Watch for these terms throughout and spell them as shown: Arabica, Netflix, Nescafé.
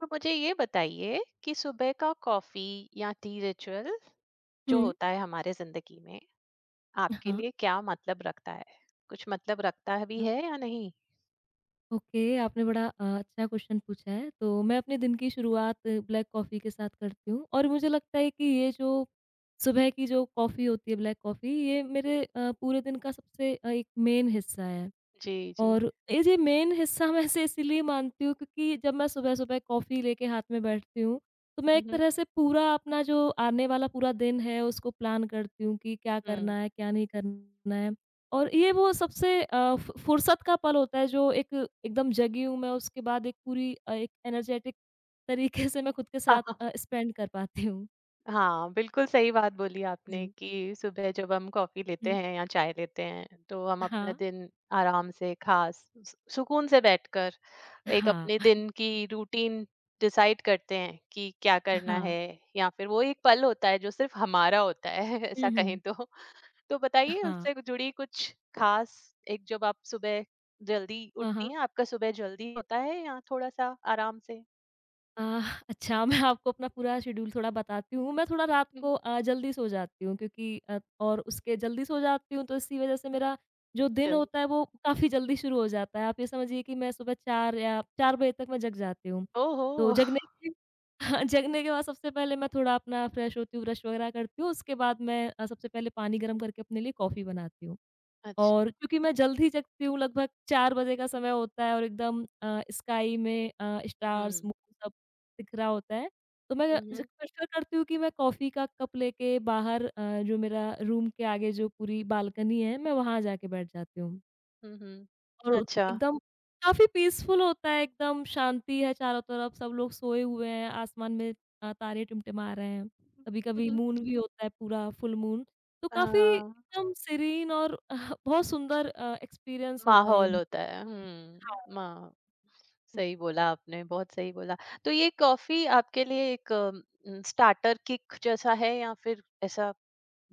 तो मुझे ये बताइए कि सुबह का कॉफी या टी रिचुअल जो हुँ। होता है हमारे जिंदगी में आपके हाँ, लिए क्या मतलब रखता है। कुछ मतलब रखता है भी हाँ। है या नहीं। ओके, आपने बड़ा अच्छा क्वेश्चन पूछा है। तो मैं अपने दिन की शुरुआत ब्लैक कॉफ़ी के साथ करती हूँ और मुझे लगता है कि ये जो सुबह की जो कॉफ़ी होती है, ब्लैक कॉफ़ी, ये मेरे पूरे दिन का सबसे एक मेन हिस्सा है। जी जी। और ये जी मेन हिस्सा मैं इसे इसीलिए मानती हूँ क्योंकि जब मैं सुबह-सुबह कॉफ़ी लेके हाथ में बैठती हूँ, तो मैं एक हम्म तरह से पूरा अपना जो आने वाला पूरा दिन है उसको प्लान करती हूँ कि क्या हम्म करना है, क्या नहीं करना है। और ये वो सबसे फु फुर्सत का पल होता है जो एक एकदम जगी हूँ मैं उसके बाद एक पूरी एक एनर्जेटिक तरीके से मैं खुद के साथ स्पेंड कर पाती हूँ। हाँ, बिल्कुल सही बात बोली आपने जी। कि सुबह जब हम कॉफ़ी लेते हुँ। हैं या चाय लेते हैं, तो हम अपना हाँ। दिन आराम से खा स सुकून से बैठकर एक हाँ। अपने दिन की रूटीन डिसाइड करते हैं कि क्या करना हाँ। है, या फिर वो एक पल होता है जो सिर्फ़ हमारा होता है हुँ, ऐसा कहें हुँ। तो। तो बताइए हाँ। उससे जुड़ी कुछ ख़ास एक। जब आप सुबह जल्दी हाँ, उठती हाँ। हैं, आपका सुबह जल्दी होता है या थोड़ा-सा आराम से? अच्छा मैं आपको अपना पूरा शेड्यूल थोड़ा बताती हूँ। मैं थोड़ा रात हुँ। को जल्दी सो जाती हूँ क्योंकि और उसके जल्दी सो जाती हूँ तो इसी वज़ह से मेरा जो दिन चल। होता है वो काफ़ी जल्दी शुरू हो जाता है। आप ये समझिए कि मैं सुबह 4 या 4 बजे तक मैं जग जाती हूँ। ओहो! तो जगने के हाँ, जगने के बाद सबसे पहले मैं थोड़ा अपना फ्रेश होती हूँ, ब्रश वगैरह करती हूँ। उसके बाद मैं सबसे पहले पानी गरम करके अपने लिए कॉफ़ी बनाती हूँ। अच्छा। और क्योंकि मैं जल्द ही जगती हूँ, लगभग 4 बजे का समय होता है और एकदम स्काई में स्टार्स, हुँ, मून सब दिख रहा होता है। तो मैं हुँ, ज हुँ। प्रेफ़र करती हूँ कि मैं कॉफ़ी का कप लेके बाहर जो मेरा रूम के आगे जो पूरी बालकनी है, मैं वहाँ जाके बैठ जाती हूँ। हुँ, हुँ। और अच्छा। एकदम काफ़ी पीसफुल होता है, एकदम शांति है चारों तरफ, सब लोग सोए हुए हैं, आसमान में तारे टिमटिमा रहे हैं। हुँ, कभी-कभी हुँ। मून भी होता है पूरा फुल मून, तो काफ़ी हाँ, एकदम सीरीन और बहुत सुंदर एक्सपीरियंस होता है माहौल ये। होता है। हुँ, हाँ। माह सही बोला आपने, बहुत सही बोला। तो ये कॉफ़ी आपके लिए एक स्टार्टर किक जैसा है, या फिर ऐसा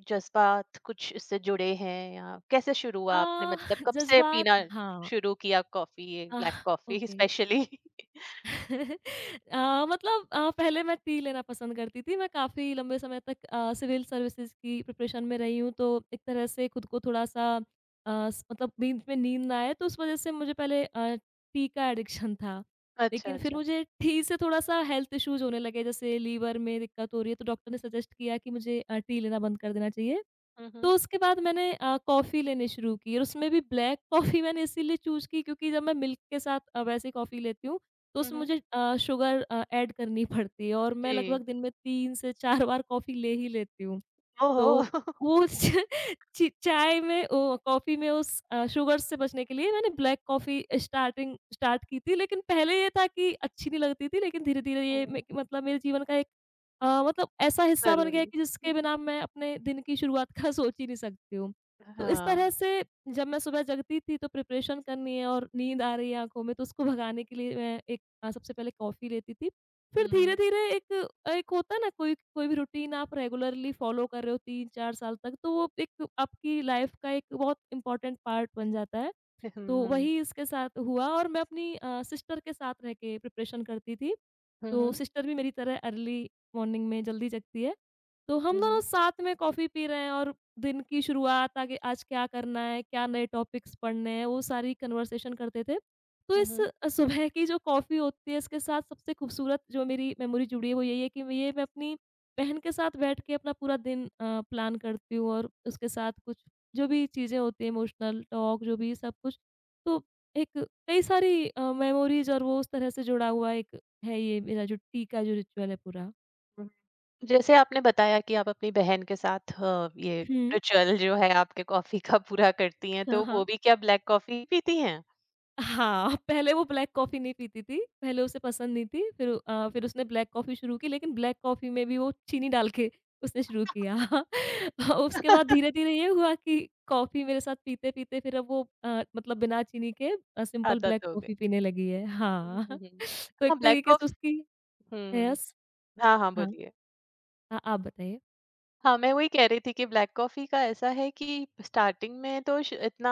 जज़्बात कुछ इससे जुड़े हैं, या कैसे शुरू हुआ अ, आपने मतलब कब से जज़्बात पीना हाँ, शुरू किया कॉफ़ी ये ah, black coffee okay. Specially? मतलब पहले मैं टी लेना पसंद करती थी। मैं काफ़ी लंबे समय तक सिविल सर्विसेज़ की प्रिपरेशन में रही हूँ, तो एक तरह से खुद को थोड़ा-सा स मतलब बीच में नींद ना आए, तो उस वज़ह से मुझे पहले टी का एडिक्शन था। अच्छा, लेकिन फिर अच्छा। मुझे टी से थोड़ा-सा हेल्थ इश्यूज़ होने लगे, जैसे लीवर में दिक्कत हो रही है, तो डॉक्टर ने सजेस्ट किया कि मुझे टी लेना बंद कर देना चाहिए। हुँ, तो हुँ। उसके बाद मैंने कॉफ़ी लेनी शुरू की और उसमें भी ब्लैक कॉफ़ी मैंने इसीलिए चूज़ की क्योंकि जब मैं मिल्क के साथ वैसे कॉफ़ी लेती हूँ, तो हुँ, उसमें हुँ। मुझे शुगर ऐड करनी पड़ती है और मैं लगभग जी। दिन में 3 से 4 बार कॉफ़ी ले ही लेती हूँ। ओहो! तो वो च ची चाय में ओ कॉफ़ी में उस शुगर से बचने के लिए मैंने ब्लैक कॉफ़ी स्टार्ट की थी, लेकिन पहले ये था कि अच्छी नहीं लगती थी, लेकिन धीरे-धीरे ये हुँ, मे मतलब मेरे जीवन का एक मतलब ऐसा हिस्सा बन गया है ज़रूरी। कि हुँ, जिसके हुँ। बिना मैं अपने दिन की शुरुआत का सोच ही नहीं सकती हूँ। तो इस तरह हाँ। से जब मैं सुबह जगती थी तो प्रिपरेशन करनी है और नींद आ रही है आँखों में तो उसको भगाने के लिए मैं एक सबसे पहले कॉफ़ी लेती थी। फिर हुँ, हुँ। धीरे-धीरे एक एक होता है ना कोई कोई भी रूटीन आप रेगुलरली फ़ॉलो कर रहे हो 3-4 साल तक तो वो एक आपकी लाइफ़ का एक बहुत इम्पोर्टेंट पार्ट बन जाता है। तो हुँ, हुँ। वही इसके साथ हुआ और मैं अपनी सिस्टर के साथ रह के प्रिपरेशन करती थी। हुँ, तो हुँ। सिस्टर भी मेरी तरह अर्ली मॉर्निंग में जल्दी जगती है। तो हम हुँ, दोनों हुँ, साथ में कॉफ़ी पी रहे हैं और दिन की शुरुआत आगे आज क्या करना है, क्या नए टॉपिक्स पढ़ने हैं, वो सारी कन्वर्सेशन करते थे। तो इस हुँ। सुबह की जो कॉफ़ी होती है इसके साथ सबसे खूबसूरत जो मेरी मेमोरी जुड़ी है वो यही है कि ये मैं अपनी बहन के साथ बैठ के अपना पूरा दिन प्लान करती हूँ और उसके साथ कुछ जो भी चीज़ें होती हैं इमोशनल टॉक जो भी सब कुछ तो एक कई सारी मेमोरीज़ और वो उस तरह से जुड़ा हुआ एक है ये मेरा जो टी का जो रिचुअल है पूरा। बिल्कुल। जैसे आपने बताया कि आप अपनी बहन के साथ ये हुँ। रिचुअल जो है आपके कॉफ़ी का पूरा करती हैं, हाँ, तो हाँ। वो भी क्या ब्लैक कॉफ़ी पीती हैं? हाँ, पहले वो ब्लैक कॉफ़ी नहीं पीती थी, पहले उसे पसंद नहीं थी, फिर उसने ब्लैक कॉफ़ी शुरू की लेकिन ब्लैक कॉफ़ी में भी वो चीनी डाल के उसने शुरू किया। हाँ, उसके बाद धीरे-धीरे ये हुआ कि कॉफ़ी मेरे साथ पीते-पीते फिर अब वो मतलब बिना चीनी के सिंपल ब्लैक आदत हो गई। कॉफ़ी पीने लगी है। हुँ, हाँ, हुँ, हुँ। तो एक हाँ, ब्लैक तरीके से कॉफ़ी। उसकी हुँ, हुँ। यस हाँ, हाँ, हाँ। बोलिए। आप बताइए? हाँ, मैं वही कह रही थी कि ब्लैक कॉफ़ी का ऐसा है कि स्टार्टिंग में तो श इतना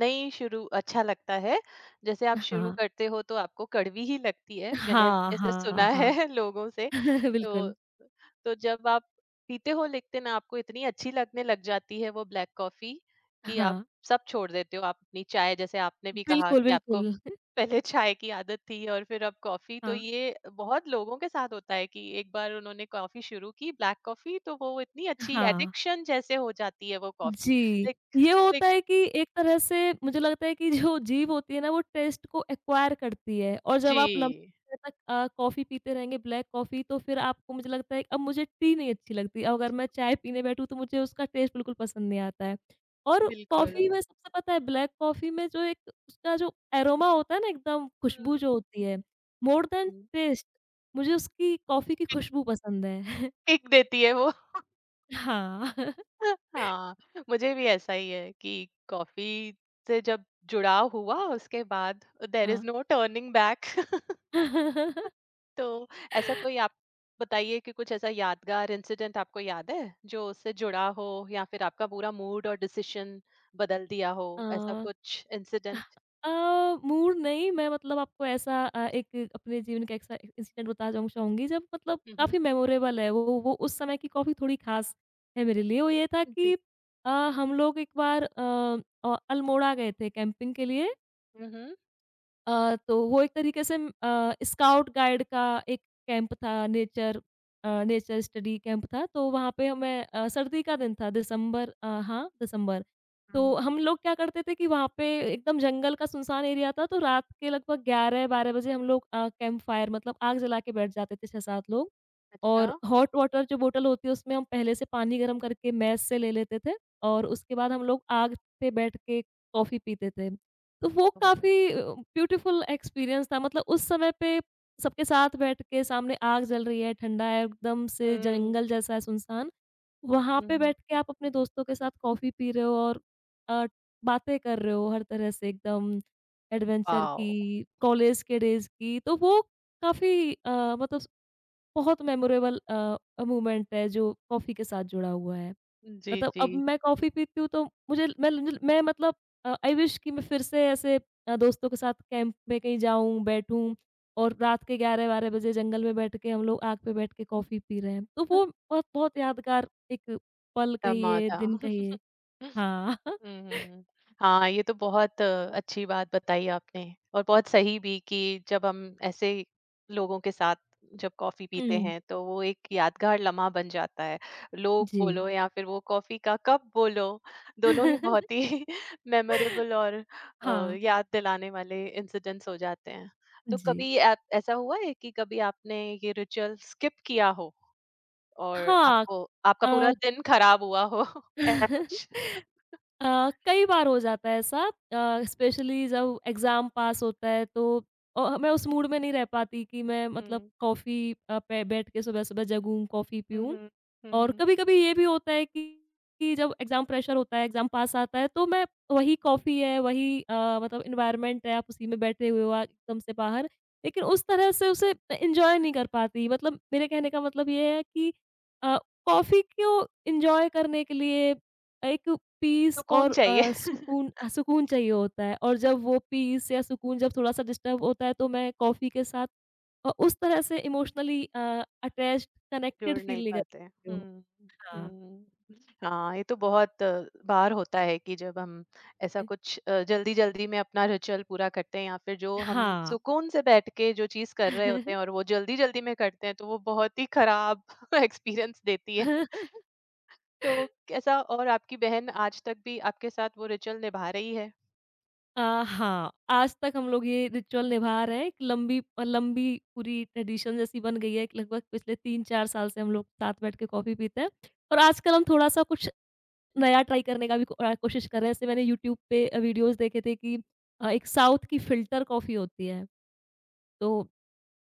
नहीं, शुरू अच्छा लगता है। जैसे आप शुरू हाँ। करते हो तो आपको कड़वी ही लगती है, मैंने हाँ, भी ऐसे हाँ, सुना हाँ। है लोगों से। तो बिल्कुल, तो जब आप पीते हो, लेकिन आपको इतनी अच्छी लगने लग जाती है वो ब्लैक कॉफ़ी कि आप हाँ। सब छोड़ देते हो। आप अपनी चाय, जैसे आपने भी कहा बिल्कुल, कि बिल्कुल। आपको पहले चाय की आदत थी और फिर अब कॉफी, तो हाँ, ये बहुत लोगों के साथ होता है कि एक बार उन्होंने कॉफी शुरू की ब्लैक कॉफी तो वो इतनी अच्छी हाँ। एडिक्शन जैसे हो जाती है वो कॉफी। जी, लाइक ये लाइक होता है कि एक तरह से मुझे लगता है कि जो जीभ होती है ना, वो टेस्ट को एक्वायर करती है और जब आप लंबे जी समय तक कॉफ़ी पीते रहेंगे, ब्लैक कॉफ़ी, तो फिर आपको मुझे लगता है कि अब मुझे टी नहीं अच्छी लगती। अब अगर मैं चाय पीने बैठूँ, तो मुझे उसका टेस्ट बिल्कुल पसंद नहीं आता है और बिल्कुल। कॉफ़ी में सबसे पता है ब्लैक कॉफ़ी में जो एक उसका जो एरोमा होता है ना, एकदम खुशबू हम्म, जो होती है, मोर दैन हम्म, टेस्ट, मुझे उसकी कॉफ़ी की किक खुशबू पसंद है। किक देती है वो हाँ। हाँ। मुझे भी ऐसा ही है कि कॉफी से जब जुड़ाव हुआ, उसके बाद देर इज हाँ। No turning back. तो ऐसा कोई आप बताइए कि कुछ ऐसा यादगार इंसिडेंट आपको याद है जो उससे जुड़ा हो, या फिर आपका पूरा मूड और डिसीजन बदल दिया हो अ ऐसा कुछ इंसिडेंट। अ, मूड नहीं, मैं मतलब आपको ऐसा एक अपने जीवन का ऐसा इंसिडेंट बताना चाहूँगी जब मतलब हम्म। काफ़ी मेमोरेबल है वो उस समय की काफ़ी थोड़ी ख़ास है मेरे लिए। वो ये था कि जी। अ, हम लोग एक बार अल्मोड़ा गए थे कैंपिंग के लिए। हम्म। तो वो एक तरीके से स्काउट गाइड का एक कैंप था नेचर स्टडी कैंप था तो वहाँ पे हमें सर्दी का दिन था दिसंबर हाँ, दिसंबर। तो हम्म, हम लोग क्या करते थे कि वहाँ पे एकदम जंगल का सुनसान एरिया था तो रात के लगभग 11-12 बजे हम लोग कैंप फायर मतलब आग जला के बैठ जाते थे 6-7 लोग अच्छा। और हॉट वाटर जो बॉटल होती है उसमें हम पहले से पानी गरम करके मैस से ले लेते थे और उसके बाद हम लोग आग पे बैठ के कॉफ़ी पीते थे। तो वो ओहो, काफ़ी ब्यूटीफुल एक्सपीरियंस था मतलब उस समय पे सबके साथ बैठ के सामने आग जल रही है, ठंडा है, एकदम से हम्म जंगल जैसा है सुनसान, वहाँ पे हम्म। बैठ के आप अपने दोस्तों के साथ कॉफ़ी पी रहे हो और अ, बातें कर रहे हो हर तरह से एकदम एडवेंचर वाओ। की, कॉलेज के डेज़ की, तो वो काफ़ी मतलब बहुत मेमोरेबल मोमेंट है जो कॉफ़ी के साथ जुड़ा हुआ है। जी मतलब जी। अब मैं कॉफ़ी पीती हूँ तो मुझे मैं मतलब आई विश कि मैं फिर से ऐसे दोस्तों के साथ कैंप में कहीं जाऊँ, बैठूँ और रात के 11-12 बजे जंगल में बैठ के हम लोग आग पे बैठ के कॉफ़ी पी रहे हैं। तो वो बहुत बहुत यादगार एक पल धमा कहिए, था। दिन कहिए। हाँ। हुँ, हुँ, हुँ। हाँ, ये तो बहुत अच्छी बात बताई आपने और बहुत सही भी कि जब हम ऐसे लोगों के साथ जब कॉफ़ी पीते हुँ। हैं, तो वो एक यादगार लम्हा बन जाता है। लोग जी। बोलो या फिर वो कॉफ़ी का कप बोलो, दोनों ही बहुत ही मेमोरेबल और हाँ। याद दिलाने वाले इंसिडेंट्स हो जाते हैं। तो जी। कभी ऐ ऐसा हुआ है कि कभी आपने ये रिचुअल स्किप किया हो और हाँ। आपको आपका अ, पूरा दिन खराब हुआ हो? ऐसा कुछ? कई बार हो जाता है ऐसा स्पेशली जब एग्ज़ाम पास होता है तो मैं उस मूड में नहीं रह पाती कि मैं मतलब हुँ। कॉफ़ी पे बैठ के सुबह-सुबह जगूँ, कॉफ़ी हुँ, पीऊँ। हुँ। हुँ, और हुँ। कभी-कभी ये भी होता है कि जब एग्ज़ाम प्रेशर होता है, एग्ज़ाम पास आता है, तो मैं वही कॉफ़ी है, वही मतलब एनवायरनमेंट है, आप उसी में बैठे हुए हो एकदम से बाहर, लेकिन उस तरह से उसे एन्जॉय नहीं कर पाती। मतलब मेरे कहने का मतलब ये है कि अ, कॉफ़ी को एन्जॉय करने के लिए एक पीस सुकून और चाहिए, सुकून चाहिए होता है और जब वो पीस या सुकून जब थोड़ा-सा डिस्टर्ब होता है, तो मैं कॉफ़ी के साथ उस तरह से इमोशनली अटैच्ड, कनेक्टेड जुड़ नहीं फील नहीं पाते। कर हुँ, हाँ। हुँ। हाँ, ये तो बहुत बार होता है कि जब हम ऐसा कुछ जल्दी-जल्दी में अपना रिचुअल पूरा करते हैं, या फिर जो हम हाँ। सुकून से बैठ के जो चीज़ कर रहे होते हैं और वो जल्दी-जल्दी में करते हैं, तो वो बहुत ही खराब एक्सपीरियंस देती है। तो कैसा, और आपकी बहन आज तक भी आपके साथ वो रिचुअल निभा रही है? अ, हाँ, आज तक हम लोग ये रिचुअल निभा रहे हैं। एक लंबी पूरी ट्रेडिशन जैसी बन गई है कि लगभग पिछले 3-4 साल से हम लोग साथ बैठ के कॉफ़ी पीते हैं और आजकल हम थोड़ा-सा कुछ नया ट्राई करने का भी कोशिश कर रहे हैं। जैसे मैंने यूट्यूब पे वीडियोज़ देखे थे कि एक साउथ की फ़िल्टर कॉफ़ी होती है। तो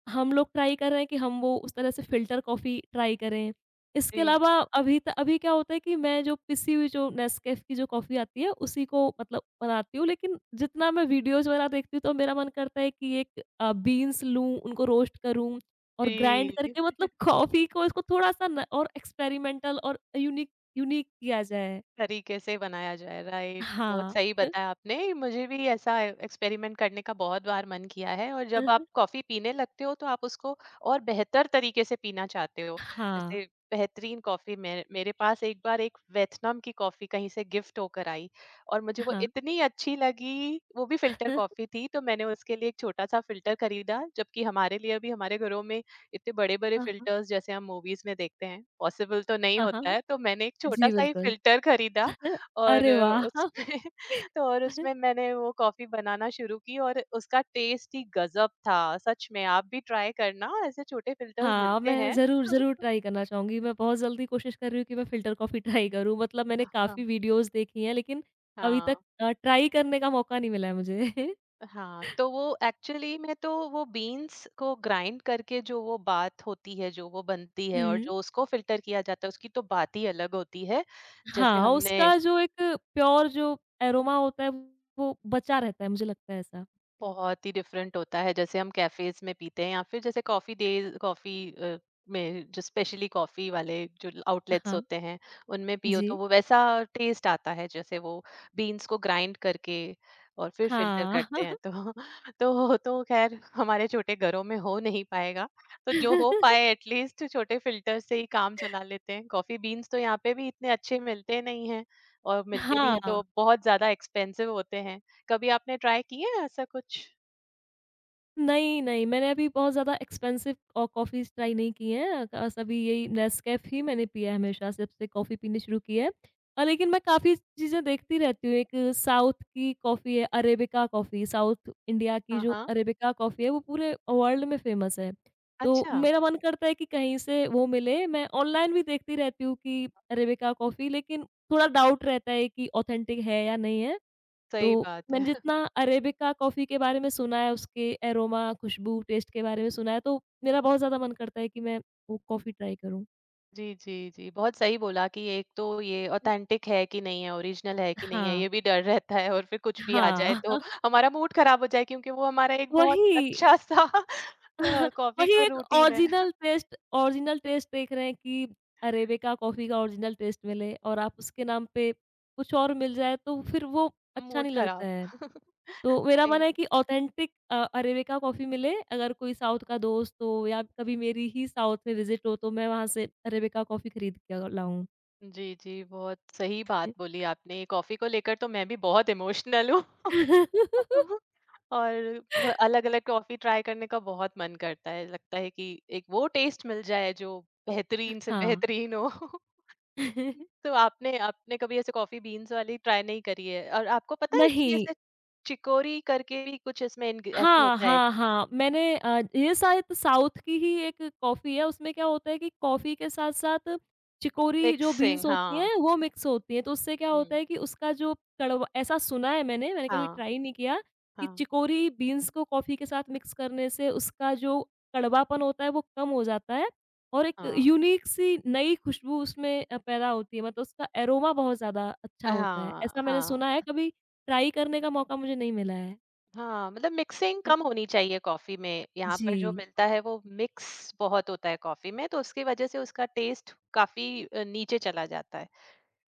हम लोग ट्राई कर रहे हैं कि हम वो उस तरह से फ़िल्टर कॉफ़ी ट्राई करें। इसके जी, अलावा अभी क्या होता है कि मैं जो पिसी हुई जो नेस्कैफ़े की जो कॉफ़ी आती है, उसी को मतलब बनाती हूँ। लेकिन जितना मैं वीडियोज़ वगैरह देखती हूँ, तो मेरा मन करता है कि एक बीन्स लूँ, उनको रोस्ट करूँ और ग्राइंड जी। करके मतलब कॉफ़ी को इसको थोड़ा-सा न और एक्सपेरिमेंटल और यूनिक यूनिक किया जाए। तरीके से बनाया जाए राइट। बहुत हाँ। सही बताया आपने, मुझे भी ऐसा एक्सपेरिमेंट करने का बहुत बार मन किया है, और जब आप कॉफी पीने लगते हो तो आप उसको और बेहतर तरीके से पीना चाहते हो। हाँ, जैसे बेहतरीन कॉफी मेरे मेरे पास एक बार एक वियतनाम की कॉफी कहीं से गिफ्ट होकर आई और मुझे वो हाँ। इतनी अच्छी लगी। वो भी फिल्टर कॉफी थी, तो मैंने उसके लिए एक छोटा सा फिल्टर खरीदा। जबकि हमारे लिए भी हमारे घरों में इतने बड़े-बड़े हाँ, हाँ। फ़िल्टर्स जैसे हम मूवीज़ में देखते हैं, पॉसिबल तो नहीं हाँ, होता हाँ। है, तो मैंने एक जी, छोटा-सा ही बिल्कुल। फ़िल्टर खरीदा और अरे वाह! उसमें तो और उसमें मैंने वो कॉफ़ी बनाना शुरू की और उसका टेस्ट ही गज़ब था। सच में आप भी ट्राई करना, ऐसे छोटे फ़िल्टर्स हाँ, मिलते मैं हैं। ज़रूर, ज़रूर ट्राई करना चाहूँगी। मैं बहुत जल्दी कोशिश कर रही हूँ कि मैं फ़िल्टर कॉफ़ी ट्राई करूँ। मतलब मैंने हाँ, काफ़ी वीडियोज़ देखी हैं लेकिन अभी हाँ, तक ट्राई करने का मौका नहीं मिला है मुझे। हाँ, तो वो एक्चुअली में तो वो बीन्स को ग्राइंड करके जो वो बात होती है, जो वो बनती है और हुँ। जो उसको फ़िल्टर किया जाता है, उसकी तो बात ही अलग होती है। जैसे हाँ, हमने उसका जो एक प्योर जो एरोमा होता है वो बचा रहता है, मुझे लगता है ऐसा। बहुत ही डिफरेंट होता है जैसे हम कैफेज में पीते हैं, या फिर जैसे कॉफी डेज कॉफी में जो स्पेशली कॉफी वाले जो आउटलेट्स हाँ। होते हैं, उनमें पियो तो जी। वो वैसा टेस्ट आता है जैसे वो बीन्स को ग्राइंड करके और फिर फिल्टर हाँ। करते हैं, तो तो खैर हमारे छोटे घरों में हो नहीं पाएगा, तो जो हो पाए एटलीस्ट छोटे फिल्टर से ही काम चला लेते हैं। कॉफी बीन्स तो यहाँ पे भी इतने अच्छे मिलते नहीं हैं, और मिलते भी हैं हाँ। तो बहुत ज्यादा एक्सपेंसिव होते हैं। कभी आपने ट्राई किया है ऐसा कुछ? नहीं, नहीं, मैंने अभी बहुत ज़्यादा एक्सपेंसिव कॉफ़ीज़ ट्राई नहीं की हैं। सभी यही नेस्कैफ़े ही मैंने पिया है हमेशा जब से कॉफ़ी पीनी शुरू की है। लेकिन मैं काफ़ी चीज़ें देखती रहती हूँ। एक साउथ की कॉफ़ी है अरेबिका कॉफ़ी, साउथ इंडिया की हाँ, जो हाँ। अरेबिका कॉफ़ी है वो पूरे वर्ल्ड में फ़ेमस है। तो अच्छा, मेरा मन करता है कि कहीं से वो मिले। मैं ऑनलाइन भी देखती रहती हूँ कि अरेबिका कॉफ़ी लेकिन थोड़ा डाउट रहता है कि ऑथेंटिक है या नहीं है। सही तो बात है। मैंने जितना अरेबिका कॉफ़ी के बारे में सुना है, उसके एरोमा, खुशबू, टेस्ट के बारे में सुना है, तो मेरा बहुत ज़्यादा मन करता है कि मैं वो कॉफ़ी ट्राई करूँ। जी, जी, जी, बहुत सही बोला कि एक तो ये ऑथेंटिक है कि नहीं है, ओरिजिनल है कि नहीं है, हाँ, ये भी डर रहता है, और फिर कुछ भी आ जाए हाँ, तो हमारा मूड खराब हो जाए, क्योंकि वो हमारा एक बहुत वही अच्छा-सा कॉफ़ी वही का एक रूटीन है। ओरिजिनल टेस्ट देख रहे हैं कि अरेबिका कॉफ़ी का ओरिजिनल टेस्ट मिले और आप उसके नाम पे कुछ और मिल जाए, तो फिर वो अच्छा मूड नहीं लगता खराब। है। तो मेरा मन सही। है कि ऑथेंटिक अरेबिका कॉफ़ी मिले, अगर कोई साउथ का दोस्त हो या कभी मेरी ही साउथ में विज़िट हो तो मैं वहाँ से अरेबिका कॉफ़ी खरीद के लाऊँ। जी, जी, बहुत सही बात बोली आपने। कॉफ़ी को लेकर तो मैं भी बहुत इमोशनल हूँ। और अलग अलग कॉफी ट्राई करने का बहुत मन करता है। लगता है कि एक वो टेस्ट मिल जाए जो बेहतरीन से हाँ। बेहतरीन हो। तो आपने आपने कभी ऐसे कॉफी बीन्स वाली ट्राई नहीं करी है? और आपको पता है कि नहीं। ऐसे चिकोरी करके भी कुछ इसमें ऐसे हाँ, होता है। हाँ, हाँ। मैंने ये शायद साउथ की ही एक कॉफ़ी है, उसमें क्या होता है कि कॉफ़ी के साथ-साथ चिकोरी जो बीन्स मिक्सिंग हाँ। होती हैं, वो मिक्स होती हैं, तो उससे क्या होता हम्म। है कि उसका जो कड़वा ऐसा सुना है मैंने, मैंने कभी हाँ ट्राई नहीं किया कि हाँ। चिकोरी बीन्स को कॉफ़ी के साथ मिक्स करने से उसका जो कड़वापन होता है, वो कम हो जाता है और एक हाँ यूनिक सी नई खुशबू उसमें पैदा होती है, मतलब उसका एरोमा बहुत ज़्यादा अच्छा होता है। हाँ। ऐसा मैंने हाँ, सुना है, कभी ट्राई करने का मौका मुझे नहीं मिला है। हाँ, मतलब मिक्सिंग कम होनी चाहिए कॉफ़ी में। यहाँ जी। पर जो मिलता है वो मिक्स बहुत होता है कॉफ़ी में, तो उसकी वज़ह से उसका टेस्ट काफ़ी नीचे चला जाता है।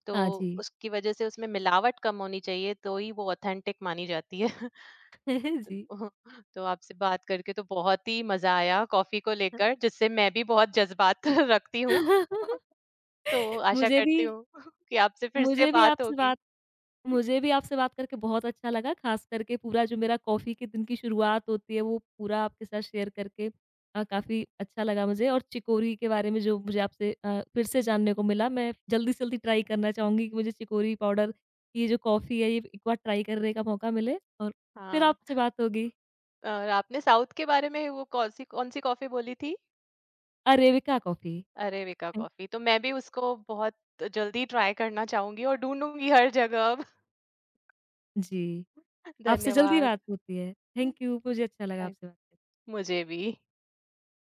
तो हाँ जी। उसकी वज़ह से उसमें मिलावट कम होनी चाहिए, तो ही वो ऑथेंटिक मानी जाती है। जी। तो तो आपसे बात करके तो बहुत ही मज़ा आया कॉफ़ी को लेकर, जिससे मैं भी बहुत जज़्बात रखती हूँ। तो आशा मुझे भी करती हूँ कि आपसे फिर से मुझे भी बात आपसे होगी। बात मुझे भी आपसे बात करके बहुत अच्छा लगा, ख़ास करके पूरा जो मेरा कॉफ़ी के दिन की शुरुआत होती है, वो पूरा आपके साथ शेयर करके काफ़ी अच्छा लगा मुझे और चिकोरी के बारे में जो मुझे आपसे फिर से जानने को मिला, मैं जल्दी से जल्दी ट्राई करना चाहूँगी कि मुझे चिकोरी पाउडर, ये जो कॉफ़ी है, ये एक बार ट्राई करने का मौका मिले और फिर हाँ, आपसे बात होगी। और आपने साउथ के बारे में वो कौन-सी कौन-सी कॉफ़ी बोली थी? Arabica coffee. अरेबिका कॉफी, तो मैं भी उसको बहुत जल्दी ट्राई करना चाहूँगी और ढूँढूँगी हर जगह अब। जी, आपसे जल्दी धन्यवाद। बात होती है। थैंक यू, मुझे अच्छा लगा थैंक। आपसे बात मुझे भी।